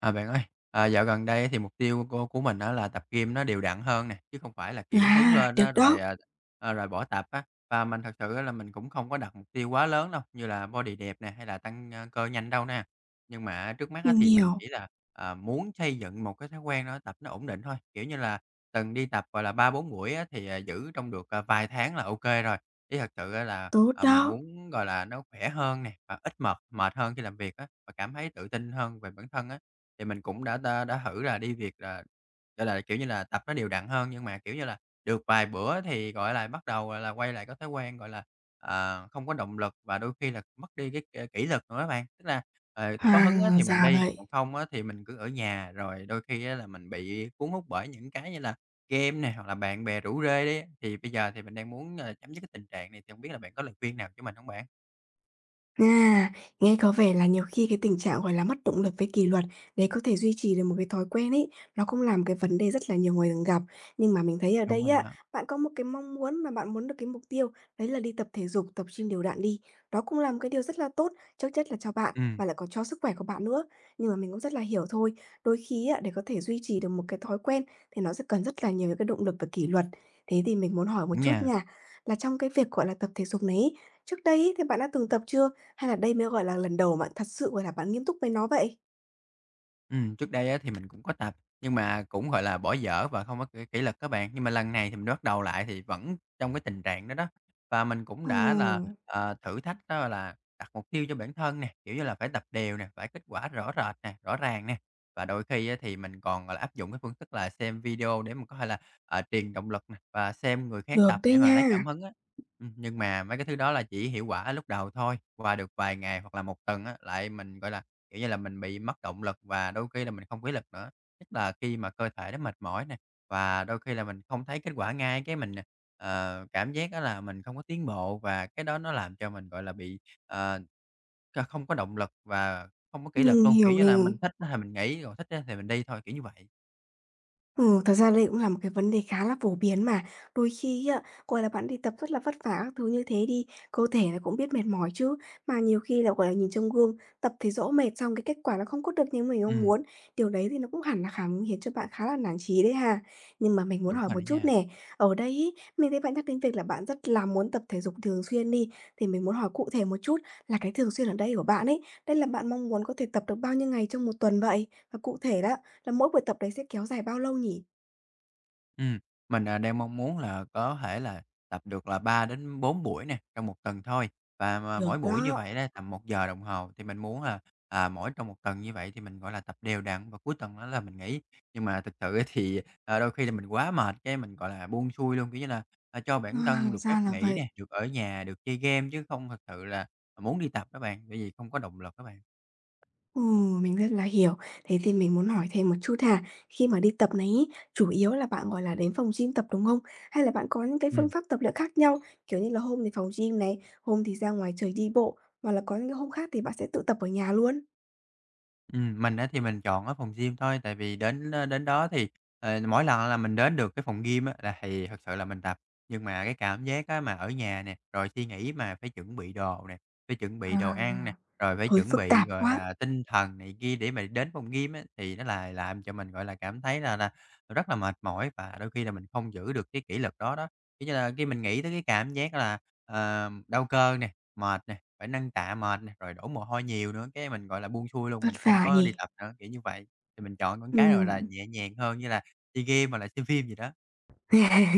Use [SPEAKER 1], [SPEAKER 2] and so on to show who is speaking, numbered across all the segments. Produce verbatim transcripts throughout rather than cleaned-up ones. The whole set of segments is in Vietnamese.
[SPEAKER 1] À, bạn ơi, à, dạo gần đây thì mục tiêu của cô của mình đó là tập gym nó đều đặn hơn nè, chứ không phải là, kiểu, hứng
[SPEAKER 2] À,
[SPEAKER 1] lên
[SPEAKER 2] được
[SPEAKER 1] á rồi,
[SPEAKER 2] đó,
[SPEAKER 1] à, à, rồi bỏ tập á. Và mình thật sự á là mình cũng không có đặt mục tiêu quá lớn đâu, như là body đẹp nè, hay là tăng, a, cơ nhanh đâu nè. Nhưng mà trước mắt á
[SPEAKER 2] mình
[SPEAKER 1] thì mình
[SPEAKER 2] hiểu,
[SPEAKER 1] chỉ là, à, muốn xây dựng một cái thói quen đó tập nó ổn định thôi, kiểu như là, từng đi tập, gọi là, ba bốn buổi á thì, à, giữ trong được, à, vài tháng là ok rồi. Chứ thật sự á là,
[SPEAKER 2] tốt
[SPEAKER 1] à, mình
[SPEAKER 2] đó.
[SPEAKER 1] muốn, gọi là, nó khỏe hơn nè, và ít mệt mệt hơn khi làm việc á, và cảm thấy tự tin hơn về bản thân á. Thì mình cũng đã đã đã thử là đi việc là, gọi là, kiểu như là, tập nó đều đặn hơn, nhưng mà, kiểu như là, được vài bữa thì, gọi là, bắt đầu, gọi là, quay lại có thói quen, gọi là, ờ, không có động lực và đôi khi là mất đi cái k kỷ luật nữa á bạn. Tức là, ờ, có hứng á
[SPEAKER 2] À,
[SPEAKER 1] thì mình
[SPEAKER 2] ra
[SPEAKER 1] đi,
[SPEAKER 2] vậy.
[SPEAKER 1] còn không á thì mình cứ ở nhà, rồi đôi khi á là mình bị cuốn hút bởi những cái như là game này hoặc là bạn bè rủ rê đấy. Thì bây giờ thì mình đang muốn, ờ, chấm dứt cái tình trạng này thì không biết là bạn có lời khuyên nào cho mình không bạn?
[SPEAKER 2] À, nghe có vẻ là nhiều khi cái tình trạng, gọi là, mất động lực với kỷ luật để có thể duy trì được một cái thói quen ấy, nó cũng làm cái vấn đề rất là nhiều người thường gặp. Nhưng mà mình thấy ở
[SPEAKER 1] Đúng
[SPEAKER 2] đây
[SPEAKER 1] rồi
[SPEAKER 2] á,
[SPEAKER 1] đó.
[SPEAKER 2] bạn có một cái mong muốn mà bạn muốn được cái mục tiêu, đấy là đi tập thể dục, tập gym đều đặn đi. Đó cũng là một cái điều rất là tốt, trước nhất là cho bạn
[SPEAKER 1] Ừm,
[SPEAKER 2] và lại còn cho sức khỏe của bạn nữa. Nhưng mà mình cũng rất là hiểu thôi, đôi khi á, để có thể duy trì được một cái thói quen thì nó sẽ cần rất là nhiều cái động lực và kỷ luật. Thế thì mình muốn hỏi một
[SPEAKER 1] đúng
[SPEAKER 2] chút
[SPEAKER 1] nha.
[SPEAKER 2] nha, là trong cái việc, gọi là, tập thể dục này ấy, trước đây ấy thì bạn đã từng tập chưa? Hay là đây mới, gọi là, lần đầu bạn thật sự, gọi là, bạn nghiêm túc với nó vậy?
[SPEAKER 1] Ừm, trước đây á thì mình cũng có tập, nhưng mà cũng, gọi là, bỏ dở và không có kỷ kỷ luật á bạn. Nhưng mà lần này thì mình bắt đầu lại thì vẫn trong cái tình trạng đó đó, và mình cũng đã là,
[SPEAKER 2] Ừm,
[SPEAKER 1] ờ, thử thách đó là đặt mục tiêu cho bản thân nè, kiểu như là, phải tập đều nè, phải kết quả rõ rệt nè, rõ ràng nè. Và đôi khi á thì mình còn, gọi là, áp dụng cái phương thức là xem video để mà có thể là, ờ, truyền động lực nè, và xem người khác
[SPEAKER 2] được
[SPEAKER 1] tập
[SPEAKER 2] đấy
[SPEAKER 1] để mà lấy
[SPEAKER 2] nha,
[SPEAKER 1] cảm hứng á. Ừm, nhưng mà mấy cái thứ đó là chỉ hiệu quả lúc đầu thôi, qua được vài ngày hoặc là một tuần á, lại mình, gọi là, kiểu như là, mình bị mất động lực và đôi khi là mình không có ý lực nữa, nhất là khi mà cơ thể nó mệt mỏi nè, và đôi khi là mình không thấy kết quả ngay cái mình, ờ, cảm giác đó là mình không có tiến bộ và cái đó nó làm cho mình, gọi là, bị, ờ, c không có động lực và không có kỷ luật
[SPEAKER 2] mình
[SPEAKER 1] luôn. Kiểu
[SPEAKER 2] hiểu
[SPEAKER 1] như
[SPEAKER 2] nè.
[SPEAKER 1] là, mình thích á thì mình nghỉ, rồi thích á thì mình đi thôi, kiểu như vậy.
[SPEAKER 2] Ừ, thật ra đây cũng là một cái vấn đề khá là phổ biến mà. Đôi khi á, gọi là, bạn đi tập rất là vất vả các thứ như thế đi, cơ thể nó cũng biết mệt mỏi chứ. Mà nhiều khi là, gọi là, nhìn trong gương, tập thì dỗ mệt xong cái kết quả nó không có được như mình
[SPEAKER 1] Ừ,
[SPEAKER 2] mong muốn. Điều đấy thì nó cũng hẳn là khá khiến cho bạn khá là nản chí đấy ha. Nhưng mà mình muốn
[SPEAKER 1] đúng
[SPEAKER 2] hỏi
[SPEAKER 1] rồi
[SPEAKER 2] một
[SPEAKER 1] đó
[SPEAKER 2] chút
[SPEAKER 1] nha.
[SPEAKER 2] nè, ở đây ấy, mình thấy bạn nhắc đến việc là bạn rất là muốn tập thể dục thường xuyên đi, thì mình muốn hỏi cụ thể một chút là cái thường xuyên ở đây của bạn ấy, đây là bạn mong muốn có thể tập được bao nhiêu ngày trong một tuần vậy? Và cụ thể đó, là mỗi buổi tập đấy sẽ kéo dài bao lâu nhỉ?
[SPEAKER 1] Ừm, mình, à, đang mong muốn là có thể là tập được là ba đến bốn buổi nè, trong một tuần thôi. Và mà
[SPEAKER 2] Được
[SPEAKER 1] mỗi buổi như
[SPEAKER 2] đó.
[SPEAKER 1] vậy đó tầm một giờ đồng hồ thì mình muốn là, à, mỗi trong một tuần như vậy thì mình, gọi là, tập đều đặn và cuối tuần đó là mình nghỉ. Nhưng mà thực sự á thì, ờ, đôi khi là mình quá mệt cái mình, gọi là, buông xuôi luôn, kiểu như là, à, cho bản
[SPEAKER 2] À,
[SPEAKER 1] thân được phép
[SPEAKER 2] ra là
[SPEAKER 1] nghỉ
[SPEAKER 2] vậy.
[SPEAKER 1] nè, được ở nhà, được chơi game chứ không thực sự là muốn đi tập các bạn, bởi vì không có động lực các bạn.
[SPEAKER 2] Ừ, mình rất là hiểu. Thế thì mình muốn hỏi thêm một chút ha. Khi mà đi tập này ý, chủ yếu là bạn, gọi là, đến phòng gym tập, đúng không? Hay là bạn có những cái phương
[SPEAKER 1] Ừm.
[SPEAKER 2] pháp tập luyện khác nhau? Kiểu như là hôm thì phòng gym này, hôm thì ra ngoài trời đi bộ, hoặc là có những cái hôm khác thì bạn sẽ tự tập ở nhà luôn?
[SPEAKER 1] Ừm, mình á thì mình chọn ở phòng gym thôi, tại vì đến, đến đó thì, ờ, mỗi lần là mình đến được cái phòng gym á là thì thật sự là mình tập. Nhưng mà cái cảm giác á mà ở nhà nè, rồi suy nghĩ mà phải chuẩn bị đồ nè, phải chuẩn bị đồ
[SPEAKER 2] À,
[SPEAKER 1] ăn nè, rồi phải
[SPEAKER 2] hơi
[SPEAKER 1] chuẩn
[SPEAKER 2] phức
[SPEAKER 1] bị,
[SPEAKER 2] tạp
[SPEAKER 1] gọi
[SPEAKER 2] quá,
[SPEAKER 1] là, tinh thần này kia để mà đến phòng gym á, thì nó là làm cho mình, gọi là, cảm thấy là là rất là mệt mỏi và đôi khi là mình không giữ được cái kỷ luật đó đó. Kiểu như là, khi mình nghĩ tới cái cảm giác là, ờ, đau cơ nè, mệt nè, phải nâng tạ mệt nè, rồi đổ mồ hôi nhiều nữa, cái mình, gọi là, buông xuôi luôn,
[SPEAKER 2] vất
[SPEAKER 1] mình không
[SPEAKER 2] vả
[SPEAKER 1] có đi
[SPEAKER 2] nhỉ?
[SPEAKER 1] tập nữa, kiểu như vậy. Thì mình chọn những cái, gọi là,
[SPEAKER 2] Ừm.
[SPEAKER 1] nhẹ nhàng hơn như là chơi game hoặc là xem phim gì đó.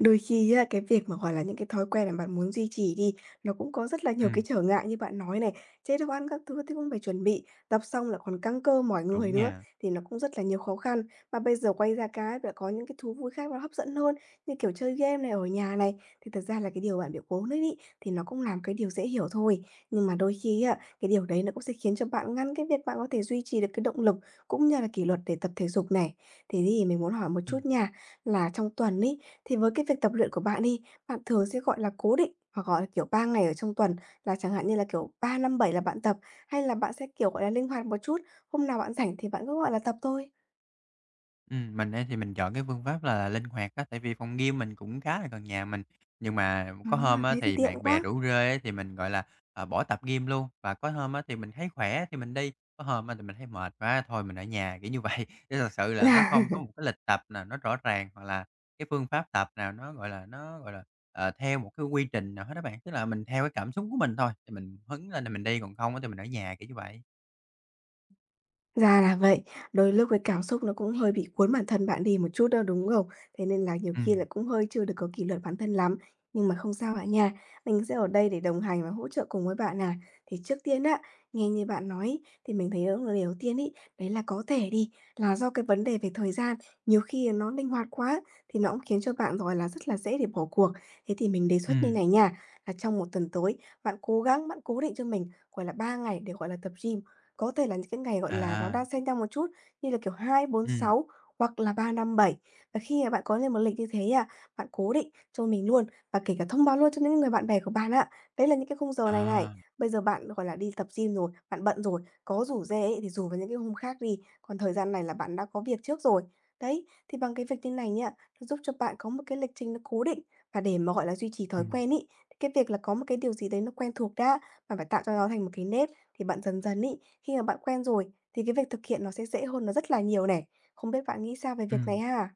[SPEAKER 2] Đôi khi á, cái việc mà, gọi là, những cái thói quen mà bạn muốn duy trì đi, nó cũng có rất là nhiều cái
[SPEAKER 1] Ừm,
[SPEAKER 2] trở ngại như bạn nói này, chế độ ăn các thứ thì cũng phải chuẩn bị, tập xong là còn căng cơ mỏi người
[SPEAKER 1] đúng
[SPEAKER 2] nữa,
[SPEAKER 1] nha.
[SPEAKER 2] thì nó cũng rất là nhiều khó khăn. Mà bây giờ quay ra cái lại có những cái thú vui khác nó hấp dẫn hơn, như kiểu chơi game này, ở nhà này, thì thật ra là cái điều bạn bị cố đấy ấy, thì nó cũng làm cái điều dễ hiểu thôi. Nhưng mà đôi khi á, cái điều đấy nó cũng sẽ khiến cho bạn ngăn cái việc bạn có thể duy trì được cái động lực cũng như là kỷ luật để tập thể dục này. Thế thì mình muốn hỏi một chút
[SPEAKER 1] Ừm.
[SPEAKER 2] nha, là trong tuần ấy, thì với cái việc tập luyện của bạn đi, bạn thường sẽ, gọi là, cố định hoặc, gọi là, kiểu, ba ngày ở trong tuần, là chẳng hạn như là, kiểu, ba năm bảy là bạn tập, hay là bạn sẽ, kiểu, gọi là, linh hoạt một chút, hôm nào bạn rảnh thì bạn cứ, gọi là, tập thôi?
[SPEAKER 1] Ừm, mình ấy thì mình chọn cái phương pháp là linh hoạt á, tại vì phòng gym mình cũng khá là gần nhà mình. Nhưng mà
[SPEAKER 2] À,
[SPEAKER 1] có hôm á,
[SPEAKER 2] thế thì
[SPEAKER 1] thì
[SPEAKER 2] tiện
[SPEAKER 1] bạn bè
[SPEAKER 2] quá.
[SPEAKER 1] rủ rê á, thì mình, gọi là, ờ, bỏ tập gym luôn, và có hôm á, thì mình thấy khỏe thì mình đi, có hôm á, thì mình thấy mệt quá thôi mình ở nhà, kiểu như vậy. Chứ thật sự là nó không có một cái lịch tập nào nó rõ ràng, hoặc là cái phương pháp tập nào nó, gọi là, nó, gọi là, ờ, theo một cái quy trình nào hết á bạn, tức là mình theo cái cảm xúc của mình thôi, thì mình hứng lên thì mình đi, còn không á, thì mình ở nhà, kiểu như vậy.
[SPEAKER 2] Ra là vậy, đôi lúc cái cảm xúc nó cũng hơi bị cuốn bản thân bạn đi một chút đâu đúng không? Thế nên là nhiều
[SPEAKER 1] Ừ,
[SPEAKER 2] khi là cũng hơi chưa được có kỷ luật bản thân lắm. Nhưng mà không sao bạn nha, mình sẽ ở đây để đồng hành và hỗ trợ cùng với bạn à. Thì trước tiên á, nghe như bạn nói ý, thì mình thấy đó là điều đầu tiên ý, đấy là có thể đi, là do cái vấn đề về thời gian, nhiều khi nó linh hoạt quá thì nó cũng khiến cho bạn rồi là rất là dễ để bỏ cuộc. Thế thì mình đề xuất như
[SPEAKER 1] ừm,
[SPEAKER 2] này nha, là trong một tuần tới, bạn cố gắng, bạn cố định cho mình gọi là ba ngày để gọi là tập gym, có thể là những cái ngày, gọi là, nó đang
[SPEAKER 1] à,
[SPEAKER 2] xen nhau một chút, như là, kiểu, hai bốn
[SPEAKER 1] ừ,
[SPEAKER 2] sáu hoặc là ba năm bảy. Và khi mà bạn có lên một lịch như thế à, bạn cố định cho mình luôn và kể cả thông báo luôn cho những người bạn bè của bạn á, đấy là những cái khung giờ này này.
[SPEAKER 1] à,
[SPEAKER 2] Bây giờ bạn, gọi là, đi tập gym rồi, bạn bận rồi, có rủ rê ấy thì rủ vào những cái hôm khác đi, còn thời gian này là bạn đã có việc trước rồi. Đấy, thì bằng cái việc như này nha, nó giúp cho bạn có một cái lịch trình nó cố định và để mà, gọi là, duy trì
[SPEAKER 1] ừ,
[SPEAKER 2] thói quen ấy, cái việc là có một cái điều gì đấy nó quen thuộc đã, bạn phải tạo cho nó thành một cái nếp. Thì bạn dần dần ấy, khi mà bạn quen rồi thì cái việc thực hiện nó sẽ dễ hơn nó rất là nhiều này. Không biết bạn nghĩ sao về
[SPEAKER 1] ừ.
[SPEAKER 2] việc này ha?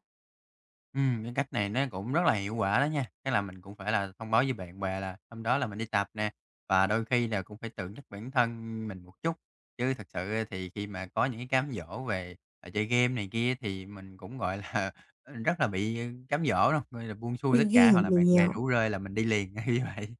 [SPEAKER 1] Ừm, cái cách này nó cũng rất là hiệu quả đó nha. Tức là mình cũng phải là thông báo với bạn bè là hôm đó là mình đi tập nè, và đôi khi là cũng phải tự nhắc bản thân mình một chút. Chứ thật sự thì khi mà có những cái cám dỗ về, à, chơi game này kia thì mình cũng, gọi là, rất là bị cám dỗ đâu, gọi là, buông xuôi tất
[SPEAKER 2] Mình
[SPEAKER 1] cả, hoặc là bạn bè
[SPEAKER 2] hiểu.
[SPEAKER 1] rủ rê là mình đi liền, như vậy.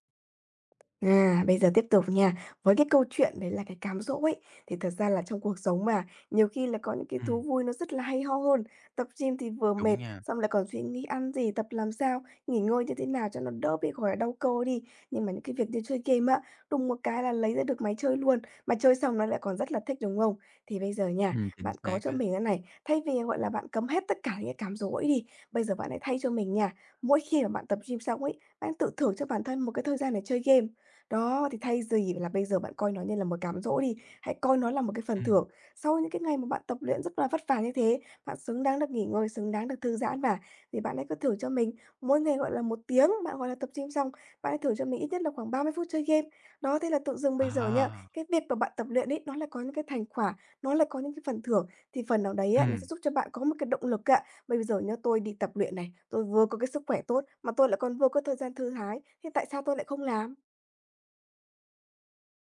[SPEAKER 2] À, bây giờ tiếp tục nha. Với cái câu chuyện đấy là cái cám dỗ ấy, thì thật ra là trong cuộc sống mà, nhiều khi là có những cái thú
[SPEAKER 1] Ừm,
[SPEAKER 2] vui nó rất là hay ho hơn. Tập gym thì vừa mệt,
[SPEAKER 1] đúng nha,
[SPEAKER 2] xong lại còn suy nghĩ ăn gì, tập làm sao, nghỉ ngơi như thế nào cho nó đỡ bị, gọi là, đau cơ đi. Nhưng mà những cái việc như chơi game á, đùng một cái là lấy ra được máy chơi luôn, mà chơi xong nó lại còn rất là thích, đúng không? Thì bây giờ nha,
[SPEAKER 1] ừm, chính
[SPEAKER 2] bạn có
[SPEAKER 1] xác
[SPEAKER 2] cho
[SPEAKER 1] á.
[SPEAKER 2] mình cái này, thay vì, gọi là, bạn cấm hết tất cả những cái cám dỗ ấy đi, bây giờ bạn hãy thay cho mình nha, mỗi khi mà bạn tập gym xong ấy, bạn tự thưởng cho bản thân một cái thời gian để chơi game. Đó, thì thay vì là bây giờ bạn coi nó như là một cám dỗ đi, hãy coi nó là một cái phần
[SPEAKER 1] Ừm,
[SPEAKER 2] thưởng. Sau những cái ngày mà bạn tập luyện rất là vất vả như thế, bạn xứng đáng được nghỉ ngơi, xứng đáng được thư giãn mà, thì bạn hãy cứ thử cho mình mỗi ngày, gọi là, một tiếng, bạn, gọi là, tập gym xong, bạn hãy thử cho mình ít nhất là khoảng ba mươi phút chơi game. Đó, thế là tự dưng bây giờ nhá,
[SPEAKER 1] à,
[SPEAKER 2] cái việc mà bạn tập luyện ấy, nó lại có những cái thành quả, nó lại có những cái phần thưởng, thì phần nào đấy á, nó sẽ
[SPEAKER 1] ừm.
[SPEAKER 2] giúp cho bạn có một cái động lực ạ. Bây giờ nhá, tôi đi tập luyện này, tôi vừa có cái sức khỏe tốt, mà tôi lại còn vừa có thời gian thư thái, thì tại sao tôi lại không làm?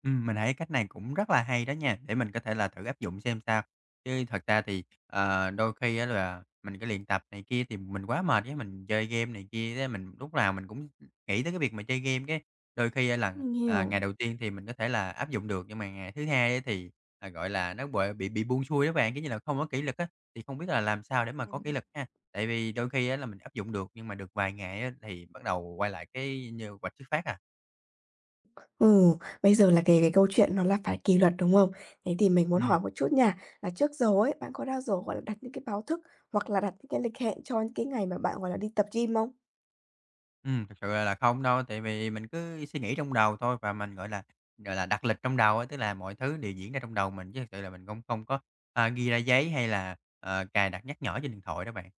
[SPEAKER 1] Ừm, mình thấy cách này cũng rất là hay đó nha, để mình có thể là thử áp dụng xem sao. Chứ thật ra thì, ờ, đôi khi á là mình cái luyện tập này kia thì mình quá mệt cái mình chơi game này kia thế mình lúc nào mình cũng nghĩ tới cái việc mà chơi game cái đôi khi á là,
[SPEAKER 2] Mình
[SPEAKER 1] à,
[SPEAKER 2] hiểu.
[SPEAKER 1] ngày đầu tiên thì mình có thể là áp dụng được, nhưng mà ngày thứ hai á thì, à, gọi là, nó bị bị bị buông xuôi đó bạn, kiểu như là, không có kỷ luật á, thì không biết là làm sao để mà có kỷ
[SPEAKER 2] Ừm.
[SPEAKER 1] luật ha? Tại vì đôi khi á là mình áp dụng được, nhưng mà được vài ngày á thì bắt đầu quay lại cái như quạch xuất phát à.
[SPEAKER 2] Ừ, bây giờ là cái cái câu chuyện nó là phải kỷ luật, đúng không? Thế thì mình muốn
[SPEAKER 1] Ừm.
[SPEAKER 2] hỏi một chút nha, là trước giờ ấy, bạn có bao giờ, gọi là, đặt những cái báo thức hoặc là đặt những cái lịch hẹn cho những cái ngày mà bạn, gọi là, đi tập gym không?
[SPEAKER 1] Ừm, thực sự là không đâu, tại vì mình cứ suy nghĩ trong đầu thôi và mình, gọi là, gọi là, đặt lịch trong đầu á, tức là mọi thứ đều diễn ra trong đầu mình chứ thực sự là mình không không có, a, ghi ra giấy hay là, ờ, cài đặt nhắc nhở trên điện thoại đó bạn.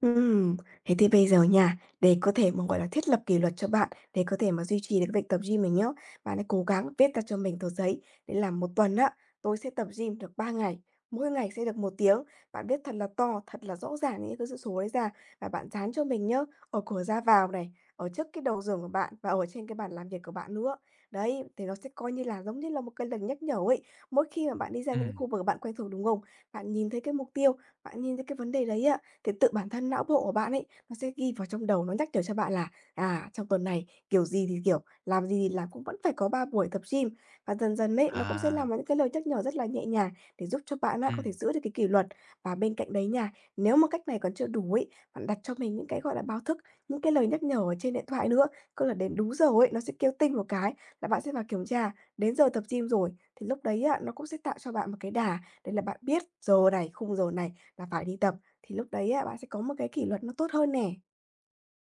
[SPEAKER 2] Ừm, thế thì bây giờ nha, để có thể mà, gọi là, thiết lập kỷ luật cho bạn, để có thể mà duy trì được cái việc tập gym mình nhá, bạn hãy cố gắng viết ra cho mình tờ giấy, để làm một tuần á, tôi sẽ tập gym được ba ngày, mỗi ngày sẽ được một tiếng. Bạn viết thật là to, thật là rõ ràng những cái s số đấy ra và bạn dán cho mình nhá, ở cửa ra vào này, ở trước cái đầu giường của bạn và ở trên cái bàn làm việc của bạn nữa. Đấy, thì nó sẽ coi như là giống như là một cái lần nhắc nhở ấy. Mỗi khi mà bạn đi ra những cái
[SPEAKER 1] Ừm.
[SPEAKER 2] khu vực bạn quen thuộc, đúng không? Bạn nhìn thấy cái mục tiêu, bạn nhìn thấy cái vấn đề đấy á, thì tự bản thân não bộ của bạn ấy nó sẽ ghi vào trong đầu, nó nhắc nhở cho bạn là, à, trong tuần này kiểu gì thì kiểu, làm gì thì làm cũng vẫn phải có ba buổi tập gym. Và dần dần ấy, nó cũng sẽ
[SPEAKER 1] À,
[SPEAKER 2] làm những cái lời nhắc nhở rất là nhẹ nhàng để giúp cho bạn á có thể
[SPEAKER 1] ừm.
[SPEAKER 2] giữ được cái kỷ luật. Và bên cạnh đấy nha, nếu mà cách này còn chưa đủ ấy, bạn đặt cho mình những cái, gọi là, báo thức, những cái lời nhắc nhở ở trên điện thoại nữa, cứ là đến đúng giờ ấy, nó sẽ kêu tinh một cái là bạn sẽ vào kiểm tra, đến giờ tập gym rồi. Thì lúc đấy á, nó cũng sẽ tạo cho bạn một cái đà, đấy là bạn biết giờ này, khung giờ này là phải đi tập. Thì lúc đấy á, bạn sẽ có một cái kỷ luật nó tốt hơn nè.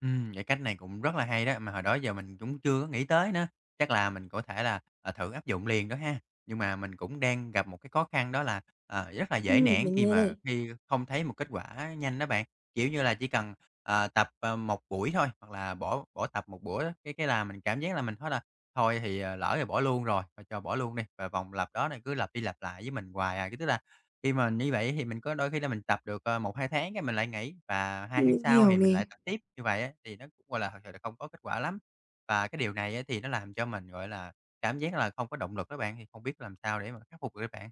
[SPEAKER 1] Ừm, vậy cách này cũng rất là hay đó, mà hồi đó giờ mình cũng chưa có nghĩ tới nữa. Chắc là mình có thể là, ờ, thử áp dụng liền đó ha. Nhưng mà mình cũng đang gặp một cái khó khăn đó là, ờ, rất là dễ
[SPEAKER 2] Ừm,
[SPEAKER 1] nản
[SPEAKER 2] mình
[SPEAKER 1] khi
[SPEAKER 2] nghe
[SPEAKER 1] mà
[SPEAKER 2] đây,
[SPEAKER 1] khi không thấy một kết quả nhanh đó bạn. Kiểu như là, chỉ cần, ờ, tập, ờ, một buổi thôi, hoặc là bỏ bỏ tập một buổi á, cái cái là mình cảm giác là mình thôi là "Thôi thì, ờ, lỡ rồi bỏ luôn rồi, thôi cho bỏ luôn đi." Và vòng lặp đó này cứ lặp đi lặp lại với mình hoài à, cái tức là khi mà như vậy thì mình có đôi khi là mình tập được, ờ, một hai tháng cái mình lại nghỉ và hai tháng
[SPEAKER 2] mình
[SPEAKER 1] sau
[SPEAKER 2] hiểu
[SPEAKER 1] thì mình
[SPEAKER 2] nè.
[SPEAKER 1] lại tập tiếp. Như vậy á thì nó cũng, gọi là, thật sự là không có kết quả lắm. Và cái điều này á thì nó làm cho mình, gọi là, cảm giác là không có động lực các bạn, thì không biết làm sao để mà khắc phục được các bạn.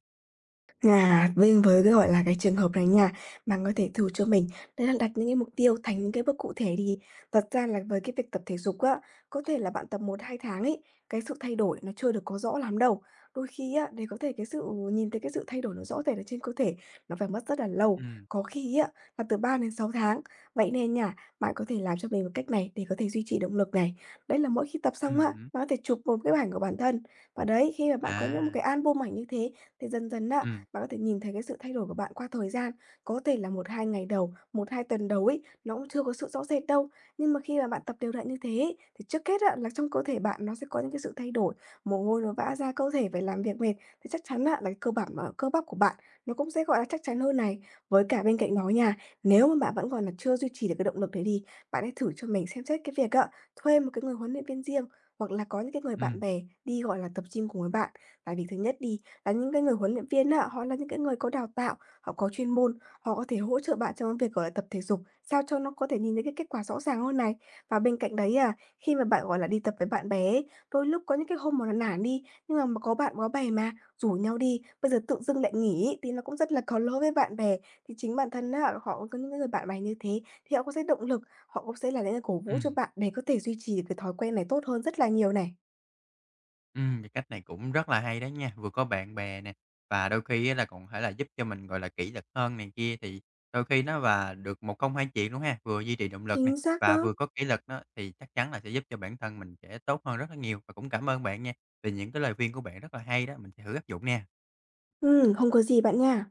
[SPEAKER 2] À, vênh với cái, gọi là, cái trường hợp này nha, bạn có thể thử cho mình, đấy là đặt những cái mục tiêu thành những cái bước cụ thể đi. Thật ra là với cái việc tập thể dục á, có thể là bạn tập một hai tháng ấy, cái sự thay đổi nó chưa được có rõ lắm đâu. Đôi khi á, để có thể cái sự nhìn thấy cái sự thay đổi nó rõ rệt ở trên cơ thể, nó phải mất rất là lâu,
[SPEAKER 1] Ừm,
[SPEAKER 2] có khi á, là từ ba đến sáu tháng. Vậy nên nha, bạn có thể làm cho mình một cách này để có thể duy trì động lực này. Đấy là mỗi khi tập xong á,
[SPEAKER 1] ừm hứm.
[SPEAKER 2] bạn có thể chụp một cái ảnh của bản thân. Và đấy, khi mà bạn có những một
[SPEAKER 1] À,
[SPEAKER 2] cái album ảnh như thế, thì dần dần á,
[SPEAKER 1] ừm,
[SPEAKER 2] bạn có thể nhìn thấy cái sự thay đổi của bạn qua thời gian, có thể là một hai ngày đầu, một hai tuần đầu ấy, nó cũng chưa có sự rõ rệt đâu. Nhưng mà khi mà bạn tập đều đặn như thế ấy, thì trước hết á, là trong cơ thể bạn nó sẽ có những cái sự thay đổi, mồ hôi nó vã ra, cơ thể phải làm việc mệt, thì chắc chắn á, là cái cơ bản mà cơ bắp của bạn nó cũng sẽ, gọi là, chắc chắn hơn này. Với cả bên cạnh đó nha, nếu mà bạn vẫn còn là chưa duy trì được cái động lực đấy đi, bạn hãy thử cho mình xem xét cái việc á, thuê một cái người huấn luyện viên riêng hoặc là có những cái người bạn
[SPEAKER 1] ừm,
[SPEAKER 2] bè đi, gọi là, tập gym cùng với bạn. Tại vì thứ nhất đi là những cái người huấn luyện viên á, họ là những cái người có đào tạo, họ có chuyên môn, họ có thể hỗ trợ bạn trong cái việc, gọi là, tập thể dục, sao cho nó có thể nhìn thấy cái kết quả rõ ràng hơn này. Và bên cạnh đấy, à, khi mà bạn, gọi là, đi tập với bạn bè ấy, đôi lúc có những cái hôm mà nó nản đi, nhưng mà mà có bạn có bè mà, rủ nhau đi, bây giờ tự dưng lại nghỉ ấy, thì nó cũng rất là có lỗi với bạn bè. Thì chính bản thân á, họ cũng có những cái người bạn bè như thế, thì họ cũng sẽ động lực, họ cũng sẽ là những người cổ vũ cho
[SPEAKER 1] ừm.
[SPEAKER 2] bạn để có thể duy trì cái thói quen này tốt hơn rất là nhiều này.
[SPEAKER 1] Ừm, cái cách này cũng rất là hay đó nha, vừa có bạn bè nè, và đôi khi á là còn phải là giúp cho mình, gọi là, kỷ luật hơn này kia, thì đôi khi nó và được một công hai chuyện luôn ha, vừa duy trì động lực nè,
[SPEAKER 2] Chính xác
[SPEAKER 1] và
[SPEAKER 2] đó.
[SPEAKER 1] vừa có kỷ luật đó thì chắc chắn là sẽ giúp cho bản thân mình sẽ tốt hơn rất là nhiều. Và cũng cảm ơn bạn nha, vì những cái lời khuyên của bạn rất là hay đó, mình sẽ thử áp dụng nè.
[SPEAKER 2] Ừm, không có gì bạn nha.